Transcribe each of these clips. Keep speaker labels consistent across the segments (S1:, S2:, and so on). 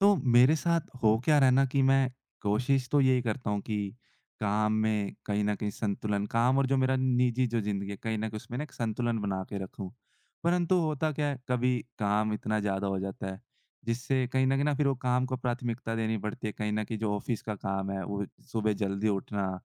S1: तो मेरे साथ हो क्या रहा है ना कि मैं कोशिश तो यही करता हूँ कि काम में कहीं न कहीं संतुलन काम और जो मेरा निजी जो ज़िंदगी है कहीं न कहीं उसमें ना एक संतुलन बना के रखूँ। परंतु होता क्या है कभी काम इतना ज़्यादा हो जाता है जिससे कहीं न कहीं ना फिर वो काम को प्राथमिकता देनी पड़ती है। कहीं न कहीं जो ऑफ़िस का काम है वो सुबह जल्दी उठना,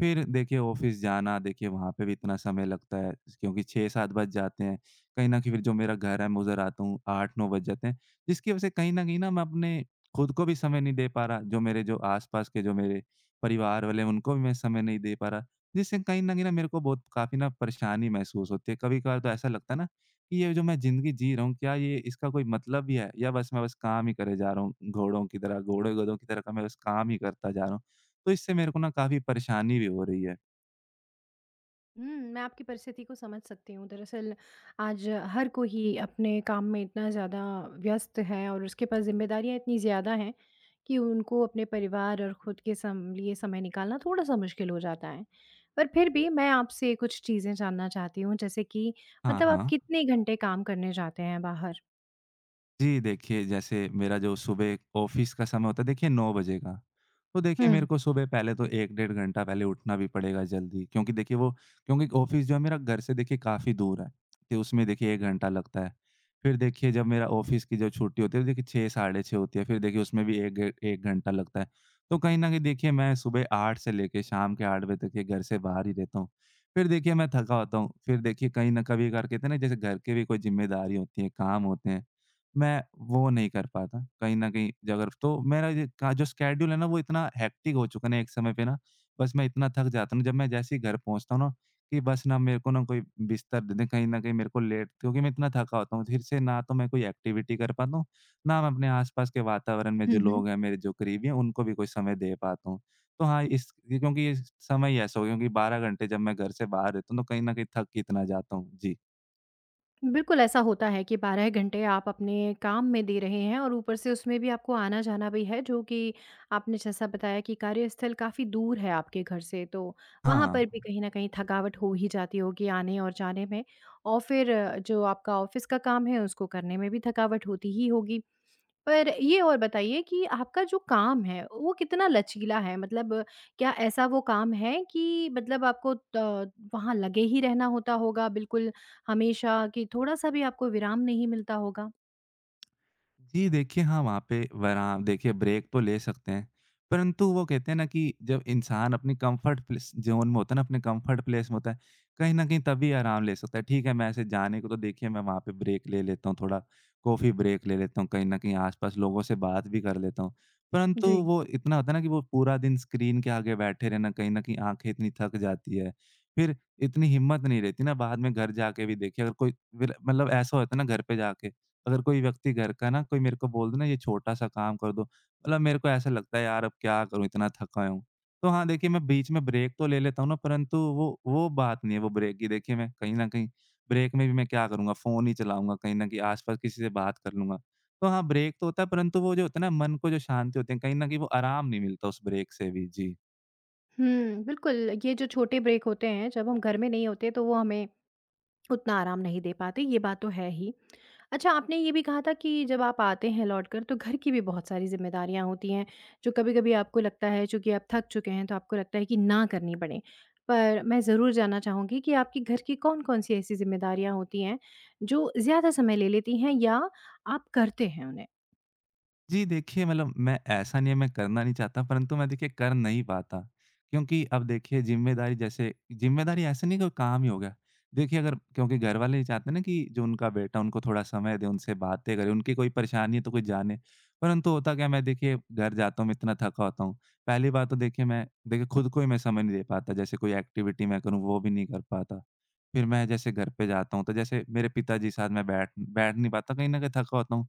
S1: फिर देखिए ऑफ़िस जाना, देखिए वहाँ पे भी इतना समय लगता है क्योंकि 6-7 बज जाते हैं। कहीं न कहीं फिर जो मेरा घर है मैं उधर आता हूँ, 8-9 बज जाते हैं। जिसकी वजह से कहीं न कहीं ना मैं अपने खुद को भी समय नहीं दे पा रहा, जो मेरे जो आस-पास के जो मेरे परिवार वाले हैं उनको भी मैं समय नहीं दे पा रहा, जिससे कहीं न कहीं ना मेरे को बहुत काफ़ी ना परेशानी महसूस होती है। कभी-कभार तो ऐसा लगता है ना कि ये जो मैं ज़िंदगी जी रहा हूँ, क्या ये इसका कोई मतलब भी है, या बस मैं बस काम ही करे जा रहा हूँ, घोड़ों की तरह घोड़े-गधों की तरह का मैं बस काम ही करता जा रहा हूँ। तो इससे मेरे को ना काफ़ी परेशानी भी हो रही है।
S2: हुँ, मैं आपकी परिस्थिति को समझ सकती हूँ। दरअसल आज हर कोई अपने काम में इतना ज़्यादा व्यस्त है और उसके पास ज़िम्मेदारियाँ इतनी ज़्यादा हैं कि उनको अपने परिवार और खुद के सम लिए समय निकालना थोड़ा-सा मुश्किल हो जाता है। पर फिर भी मैं आपसे कुछ चीज़ें जानना चाहती हूँ, जैसे कि
S1: हाँ,
S2: मतलब आप
S1: हाँ।
S2: कितने घंटे काम करने जाते हैं बाहर?
S1: जी, देखिए जैसे मेरा जो सुबह ऑफ़िस का समय होता है, देखिए 9 बजे का। तो देखिए मेरे
S2: हुँ।
S1: को सुबह पहले तो 1 डेढ़ घंटा पहले उठना भी पड़ेगा जल्दी, क्योंकि देखिए वो क्योंकि ऑफ़िस जो है मेरा घर से देखिए काफ़ी दूर है, तो उसमें देखिए 1 घंटा लगता है। फिर देखिए जब मेरा ऑफ़िस की जो छुट्टी होती है वो देखिए 6, साढ़े 6 होती है, फिर देखिए उसमें भी 1 घंटा लगता है। तो कहीं न कहीं देखिए मैं सुबह 8 से लेके शाम के 8 बजे तक के घर से बाहर ही रहता हूँ। फिर देखिए मैं थका होता हूँ, फिर देखिए कहीं न कभी करके कहते हैं ना जैसे घर के भी कोई ज़िम्मेदारी होती है, काम होते हैं। मैं वो नहीं कर पाता, कहीं न कहीं ज अगर तो मेरा ये का जो स्केड्यूल है ना, वो इतना हेक्टिक हो चुका है ना एक समय पे ना, बस मैं इतना थक जाता हूँ, जब मैं जैसे ही घर पहुँचता हूँ ना, कि बस ना मेरे को ना कोई बिस्तर दे दें, कहीं न कहीं मेरे को लेट, क्योंकि मैं इतना थका होता हूँ, फिर से ना तो मैं कोई एक्टिविटी कर पाता हूँ, ना मैं अपने आस-पास के वातावरण में
S2: हुँ,
S1: जो
S2: हुँ।
S1: लोग हैं, मेरे जो करीबी हैं, उनको भी कोई समय दे पाता हूँ। तो हाँ, क्योंकि ये समय ही ऐसा हो गया, क्योंकि 12 घंटे जब मैं घर से बाहर रहता हूँ, तो कहीं न कहीं थक ही इतना जाता हूँ। जी।
S2: बिल्कुल ऐसा होता है कि 12 घंटे आप अपने काम में दे रहे हैं और ऊपर से उसमें भी आपको आना-जाना भी है, जो कि आपने जैसा बताया कि कार्यस्थल काफ़ी दूर है आपके घर से, तो वहाँ पर
S1: हाँ।
S2: भी कहीं न कहीं थकावट हो ही जाती होगी आने और जाने में। और फिर जो आपका ऑफ़िस का काम है उसको करने में भी थकावट होती ही होगी। पर ये और बताइए कि आपका जो काम है, वो कितना लचीला है? मतलब क्या ऐसा वो काम है कि मतलब आपको त वहाँ लगे ही रहना होता होगा बिल्कुल हमेशा, कि थोड़ा-सा भी आपको विराम नहीं मिलता होगा?
S1: जी, देखिए हाँ, वहाँ पे वरा देखिए ब्रेक तो ले सकते हैं, परंतु वो कहते हैं ना कि जब इंसान अपनी कम्फर्ट प्लेस ज़ोन में होता है ना, अपने कम्फर्ट प्लेस में होता है, कहीं न कहीं तभी आराम ले सकता है। ठीक है, मैं ऐसे जाने को तो देखिए मैं वहाँ पे ब्रेक ले लेता हूँ, थोड़ा कॉफ़ी ब्रेक ले लेता हूँ, कहीं न कहीं आस-पास लोगों से बात भी कर लेता हूँ। परंतु
S2: जी।
S1: वो इतना होता है ना कि वो पूरा दिन स्क्रीन के आगे बैठे रहना, कहीं न कहीं आँखें इतनी थक जाती है, फिर इतनी हिम्मत नहीं रहती ना बाद में घर जाके भी। देखिए अगर कोई विर मतलब ऐसा होता है ना घर पे जाके अगर कोई व्यक्ति घर का, ना कोई मेरे को बोल दे ना ये छोटा-सा काम कर दो, मतलब मेरे को ऐसा लगता है यार अब क्या करूँ, इतना थका हूँ। तो हाँ, देखिए मैं बीच में ब्रेक तो ले लेता हूँ ना, परंतु वो बात नहीं है वो ब्रेक की। देखिए मैं कहीं न कहीं ब्रेक में भी मैं क्या करूँगा, फ़ोन ही चलाऊँगा, कहीं न कहीं आस-पास किसी से बात कर लूँगा। तो हाँ, ब्रेक तो होता है, परंतु वो जो होता है ना मन को जो शांति होती है, कहीं न कहीं वो आराम नहीं मिलता उस ब्रेक से भी। जी।
S2: हुँ, बिल्कुल, ये जो छोटे ब्रेक होते हैं, जब हम घर में नहीं होते तो वो हमें उतना आराम नहीं दे पाते, ये बात तो है ही। अच्छा, आपने ये भी कहा था कि जब आप आते हैं लौटकर तो घर की भी बहुत सारी ज़िम्मेदारियाँ होती हैं, जो कभी-कभी आपको लगता है, चूँकि आप थक चुके हैं तो आपको लगता है कि ना करनी पड़े। पर मैं ज़रूर जानना चाहूँगी कि आपके घर की कौन-कौन सी ऐसी ज़िम्मेदारियाँ होती हैं, जो ज़्यादा समय ले लेती हैं, या आप करते हैं उन्हें?
S1: जी, देखिए मतलब मैं ऐसा नहीं है मैं करना नहीं चाहता, परंतु मैं देखिए कर नहीं पाता। क्योंकि अब देखिए ज़िम्मेदारी जैसे ज़िम्मेदारी ऐसे नहीं, कोई काम ही हो गया। देखिए अगर क्योंकि घरवाले नहीं चाहते ना कि जो उनका बेटा उनको थोड़ा समय दे, उनसे बातें करे, उनकी कोई परेशानी है तो कोई जाने। परंतु होता क्या है मैं देखिए घर जाता हूँ, मैं इतना थका होता हूँ। पहली बात तो देखिए मैं देखिए खुद को ही मैं समय नहीं दे पाता, जैसे कोई एक्टिविटी मैं करूँ वो भी नहीं कर पाता। फिर मैं जैसे घर पे जाता हूँ तो जैसे मेरे पिताजी के साथ मैं बैठ बैठ नहीं पाता, कहीं न कहीं थका होता हूँ।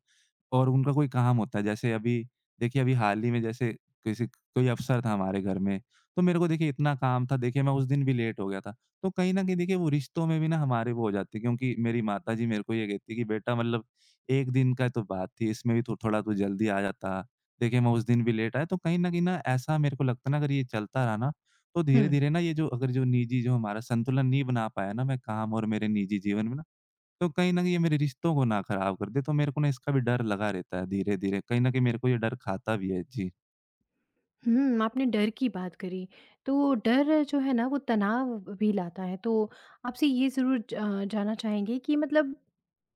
S1: और उनका कोई काम होता है, जैसे अभी देखिए अभी हाल ही में जैसे किसी, कोई अफ़सर था हमारे घर में, तो मेरे को देखिए इतना काम था, देखिए मैं उस दिन भी लेट हो गया था। तो कहीं न कहीं देखिए वो रिश्तों में भी ना हमारे वो हो जाती है, क्योंकि मेरी माताजी मेरे को ये कहती है कि बेटा मतलब 1 दिन का तो बात थी, इसमें भी तो थोड़ा तू जल्दी आ जाता। देखिए मैं उस दिन भी लेट आया, तो कहीं न कहीं ना ऐसा मेरे को लगता है ना अगर ये चलता रहा ना, तो
S2: हुँ।
S1: धीरे-धीरे ना ये जो अगर जो निजी जो हमारा संतुलन नहीं बना पाया ना मैं काम और मेरे निजी जीवन में ना, तो कहीं न कहीं ये मेरे रिश्तों को ना खराब कर दे, तो मेरे को ना इसका भी डर लगा रहता है धीरे-धीरे। कहीं न कहीं मेरे को ये डर खाता भी है। जी।
S2: हुँ, आपने डर की बात करी। तो डर जो है ना वो तनाव भी लाता है। तो आपसे ये ज़रूर ज जानना चाहेंगे कि मतलब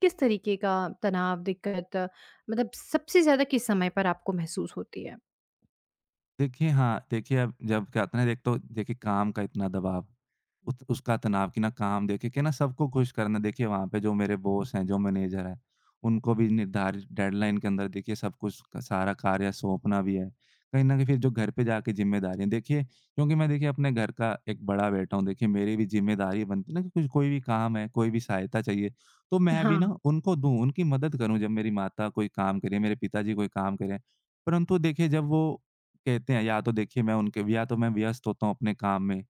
S2: किस तरीके का तनाव, दिक्कत, मतलब सबसे ज़्यादा किस समय पर आपको महसूस होती है?
S1: देखिए, हाँ, देखिए अब जब क्या होता है ना, एक तो देखिए काम का इतना दबाव, उत उसका तनाव कि ना काम देखे के ना सबको खुश करना, देखिए वहाँ पे जो मेरे बॉस हैं, जो मैनेजर हैं, उनको भी निर्धारित डेडलाइन के अंदर देखिए सब कुछ क सारा कार्य सौंपना भी है। कहीं न कहीं फिर जो घर पे जाके ज़िम्मेदारियाँ देखिए, क्योंकि मैं देखिए अपने घर का एक बड़ा बेटा हूँ, देखिए मेरी भी ज़िम्मेदारी बनती है ना कि कुछ कोई भी काम है, कोई भी सहायता चाहिए, तो मैं भी
S2: हाँ।
S1: ना उनको दूँ, उनकी मदद करूँ। जब मेरी माता कोई काम करे, मेरे पिताजी कोई काम करें, परंतु देखिए जब वो कहते हैं या तो देखिए मैं उनके, या तो मैं व्यस्त होता हूँ अपने काम में।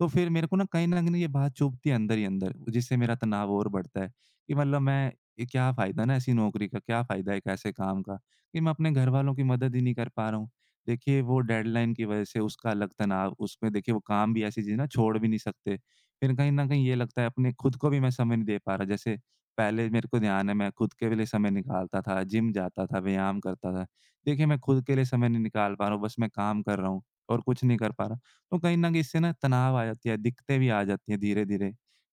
S1: तो फिर मेरे को ना कहीं न कहीं ये बात चुभती है अंदर ही अंदर, जिससे मेरा तनाव और बढ़ता है कि मतलब मैं ये क्या फ़ायदा ना ऐसी नौकरी का, क्या फ़ायदा एक ऐसे काम का कि मैं अपने घरवालों की मदद ही नहीं कर पा रहा हूँ। देखिए वो डेडलाइन की वज़ह से उसका अलग तनाव, उसमें देखिए वो काम भी ऐसी चीज़ है ना, छोड़ भी नहीं सकते। फिर कहीं न कहीं ये लगता है अपने खुद को भी मैं समय नहीं दे पा रहा। जैसे पहले मेरे को ध्यान है मैं खुद के लिए समय निकालता था, जिम जाता था, व्यायाम करता था। देखिए, मैं खुद के लिए समय नहीं निकाल पा रहा हूँ, बस मैं काम कर रहा हूँ और कुछ नहीं कर पा रहा। तो कहीं न कहीं इससे ना तनाव आ जाती है, दिक्कतें भी आ जाती हैं धीरे-धीरे।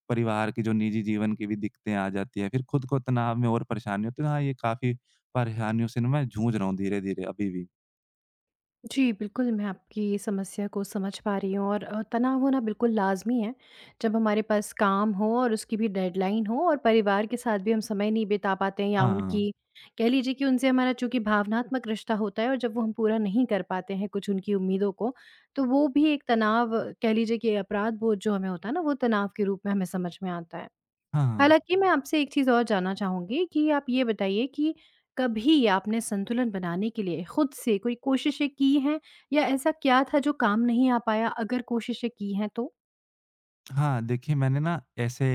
S1: परिवार की जो निजी जीवन की भी दिक्कतें आ जाती हैं, फिर खुद को तनाव में और परेशानी होती है। तो हाँ, ये काफ़ी परेशानियों से ना मैं जूझ रहा हूँ धीरे-धीरे अभी भी।
S2: जी, बिल्कुल, मैं आपकी समस्या को समझ पा रही हूँ, और तनाव होना बिल्कुल लाज़मी है। जब हमारे पास काम हो और उसकी भी डेडलाइन हो और परिवार के साथ भी हम समय नहीं बिता पाते हैं, या
S1: हाँ, हाँ।
S2: उनकी, कह लीजिए कि उनसे हमारा चूँकि भावनात्मक रिश्ता होता है, और जब वो हम पूरा नहीं कर पाते हैं कुछ उनकी उम्मीदों को, तो वो भी एक तनाव, कह लीजिए कि अपराध बोध जो हमें होता है ना, वो तनाव के रूप में हमें समझ में आता है।
S1: हाँ, हाँ।
S2: हालाँकि मैं आपसे एक चीज़ और जानना चाहूँगी कि आप ये बताइए कि कभी आपने संतुलन बनाने के लिए खुद से कोई कोशिशें की हैं, या ऐसा क्या था जो काम नहीं आ पाया, अगर कोशिशें की हैं तो?
S1: हाँ, देखिए मैंने ना ऐसे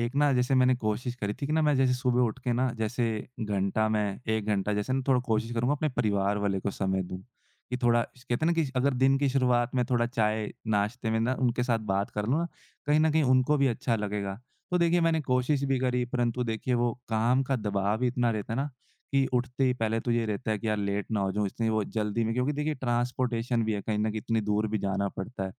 S1: एक ना जैसे मैंने कोशिश करी थी कि ना मैं जैसे सुबह उठ के ना जैसे घंटा मैं 1 घंटा जैसे ना थोड़ा कोशिश करूँगा अपने परिवार वाले को समय दूँ। कि थोड़ा कहते हैं ना कि अगर दिन की शुरुआत में थोड़ा चाय नाश्ते में ना उनके साथ बात कर लूँ ना, कहीं न कहीं उनको भी अच्छा लगेगा। तो देखिए मैंने कोशिश भी करी, परंतु देखिए वो काम का दबाव ही इतना रहता है ना कि उठते ही पहले तो ये रहता है कि यार लेट ना हो जाऊँ, इसलिए वो जल्दी में, क्योंकि देखिए ट्रांसपोर्टेशन भी है, कहीं न कहीं इतनी दूर भी जाना पड़ता है।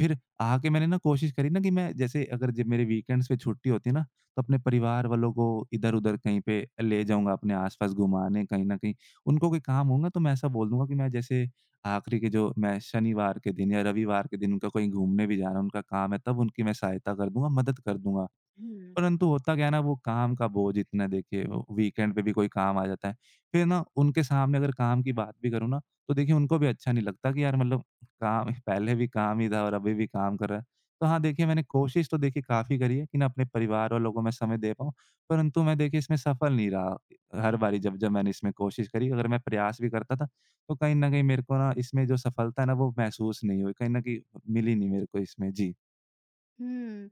S1: फिर आके मैंने ना कोशिश करी ना कि मैं जैसे अगर जब मेरे वीकेंड्स पे छुट्टी होती है ना, तो अपने परिवार वालों को इधर-उधर कहीं पे ले जाऊँगा, अपने आस-पास घुमाने कहीं न कहीं। उनको कोई काम होगा तो मैं ऐसा बोल दूँगा कि मैं जैसे आखिरी के जो मैं शनिवार के दिन या रविवार के दिन उनका कहीं घूमने भी जाना है, उनका काम है, तब उनकी मैं सहायता कर दूँगा, मदद कर दूँगा। परंतु होता क्या है ना वो काम का बोझ इतना, देखिए वो वीकेंड पे भी कोई काम आ जाता है। फिर ना उनके सामने अगर काम की बात भी करूँ ना, तो देखिए उनको भी अच्छा नहीं लगता कि यार मतलब काम पहले भी काम ही था और अभी भी काम कर रहा है। तो हाँ, देखिए मैंने कोशिश तो देखिए काफ़ी करी है कि ना अपने परिवार वालों को मैं समय दे पाऊँ, परंतु मैं देखिए इसमें सफल नहीं रहा। हर बारी जब-जब मैंने इसमें कोशिश करी, अगर मैं प्रयास भी करता था तो कहीं न कहीं मेरे को ना इसमें जो सफलता है ना वो महसूस नहीं हुई, कहीं न कहीं मिली नहीं मेरे को इसमें। जी।
S2: हुँ।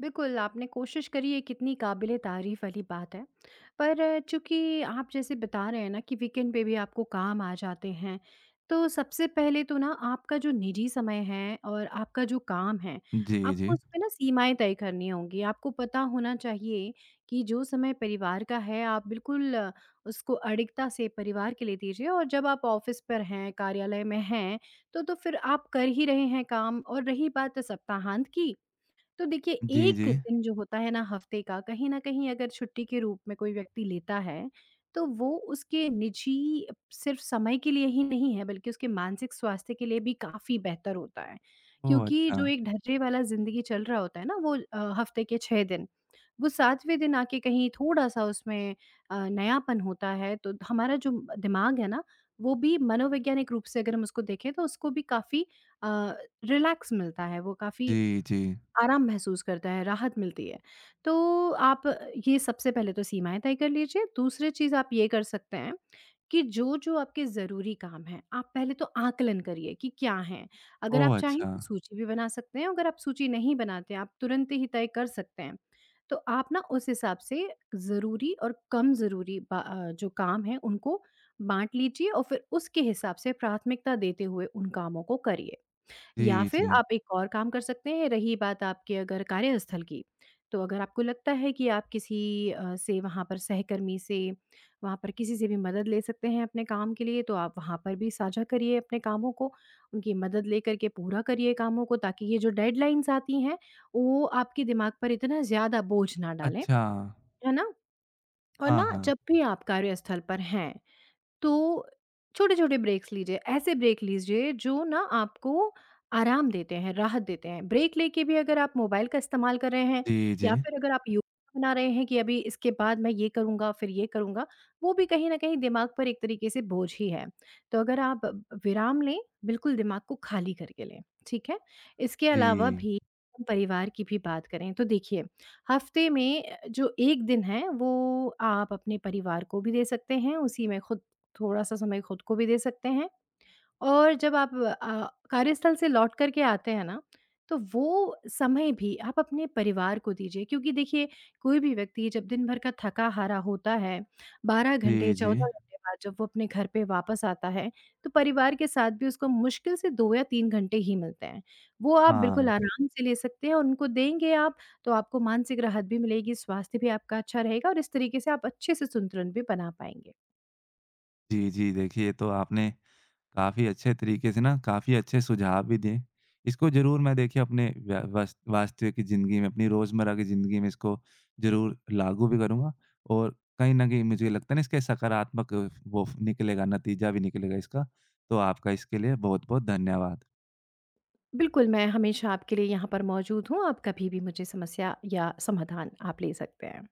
S2: बिल्कुल, आपने कोशिश करी, ये कितनी काबिले तारीफ़ वाली बात है। पर चूँकि आप जैसे बता रहे हैं ना कि वीकेंड पे भी आपको काम आ जाते हैं, तो सबसे पहले तो ना आपका जो निजी समय है और आपका जो काम है,
S1: जी,
S2: आपको
S1: जी।
S2: उसमें ना सीमाएँ तय करनी होंगी। आपको पता होना चाहिए कि जो समय परिवार का है, आप बिल्कुल उसको अडिगता से परिवार के लिए दीजिए, और जब आप ऑफ़िस पर हैं, कार्यालय में हैं, तो फिर आप कर ही रहे हैं काम, और रही बात सप्ताहांत की, तो देखिए,
S1: जी,
S2: 1
S1: जी।
S2: दिन जो होता है ना हफ़्ते का, कहीं न कहीं अगर छुट्टी के रूप में कोई व्यक्ति लेता है, तो वो उसके निजी सिर्फ़ समय के लिए ही नहीं है, बल्कि उसके मानसिक स्वास्थ्य के लिए भी काफ़ी बेहतर होता है।
S1: ओह!
S2: क्योंकि
S1: अच्छा।
S2: जो एक ढर्रे वाला ज़िंदगी चल रहा होता है ना, वो हफ़्ते के 6 दिन, वो 7वें दिन आके कहीं थोड़ा-सा उसमें नयापन होता है, तो हमारा जो दिमाग है ना, वो भी मनोवैज्ञानिक रूप से अगर हम उसको देखें, तो उसको भी काफ़ी अ, रिलैक्स मिलता है, वो काफ़ी
S1: जी, जी।
S2: आराम महसूस करता है, राहत मिलती है। तो आप ये सबसे पहले तो सीमाएँ तय कर लीजिए। दूसरी चीज़ आप ये कर सकते हैं कि जो-जो आपके ज़रूरी काम हैं, आप पहले तो आकलन करिए कि क्या हैं। अगर आप
S1: ओह!
S2: चाहें
S1: अच्छा।
S2: तो सूची भी बना सकते हैं, अगर आप सूची नहीं बनाते हैं, आप तुरंत ही तय कर सकते हैं। तो आप ना उस हिसाब से ज़रूरी और कम ज़रूरी जो काम हैं उनको बाँट लीजिए, और फिर उसके हिसाब से प्राथमिकता देते हुए उन कामों को करिए। या
S1: जी,
S2: फिर
S1: जी।
S2: आप एक और काम कर सकते हैं, रही बात आपके अगर कार्यस्थल की, तो अगर आपको लगता है कि आप किसी से वहाँ पर सहकर्मी से, वहाँ पर किसी से भी मदद ले सकते हैं अपने काम के लिए, तो आप वहाँ पर भी साझा करिए अपने कामों को, उनकी मदद लेकर के पूरा करिए कामों को, ताकि ये जो डेडलाइन्स आती हैं, वो आपके दिमाग पर इतना ज़्यादा बोझ ना डालें,
S1: अच्छा।
S2: है ना? और
S1: हाँ,
S2: ना
S1: हाँ।
S2: जब भी आप कार्यस्थल पर हैं, तो छोटे-छोटे ब्रेक्स लीजिए, ऐसे ब्रेक लीजिए जो ना आपको आराम देते हैं, राहत देते हैं। ब्रेक लेके भी अगर आप मोबाइल का इस्तेमाल कर रहे हैं,
S1: जी, जी।
S2: या फिर अगर आप योजना बना रहे हैं कि अभी इसके बाद मैं ये करूँगा, फिर ये करूँगा, वो भी कहीं न कहीं दिमाग पर एक तरीके से बोझ ही है। तो अगर आप विराम लें, बिल्कुल दिमाग को खाली करके लें, ठीक है? इसके अलावा
S1: जी।
S2: भी, हम परिवार की भी बात करें तो देखिए, हफ़्ते में जो 1 दिन है वो आप अपने परिवार को भी दे सकते हैं, उसी में खुद थोड़ा-सा समय खुद को भी दे सकते हैं, और जब आप कार्यस्थल से लौट कर के आते हैं ना, तो वो समय भी आप अपने परिवार को दीजिए, क्योंकि देखिए, कोई भी व्यक्ति जब दिन भर का थका-हारा होता है, 12 घंटे,
S1: जी, जी।
S2: 14 घंटे बाद जब वो अपने घर पे वापस आता है, तो परिवार के साथ भी उसको मुश्किल से 2 या 3 घंटे ही मिलते हैं। वो आप बिल्कुल
S1: हाँ।
S2: आराम से ले सकते हैं, और उनको देंगे आप, तो आपको मानसिक राहत भी मिलेगी, स्वास्थ्य भी आपका अच्छा रहेगा और इस तरीके से आप अच्छे से संतुलन भी बना पाएँगे।
S1: जी, जी। देखिए, ये तो आपने काफ़ी अच्छे तरीके से ना काफ़ी अच्छे सुझाव भी दिए। इसको ज़रूर मैं देखिए अपने व्या वास वास्तविक की ज़िंदगी में, अपनी रोज़मर्रा की ज़िंदगी में इसको ज़रूर लागू भी करूँगा, और कहीं न कहीं मुझे लगता है ना इसके सकारात्मक वो निकलेगा, नतीजा भी निकलेगा इसका। तो आपका इसके लिए बहुत-बहुत धन्यवाद।
S2: बिल्कुल, मैं हमेशा आपके लिए यहाँ पर मौजूद हूँ, आप कभी भी मुझे समस्या या समाधान आप ले सकते हैं।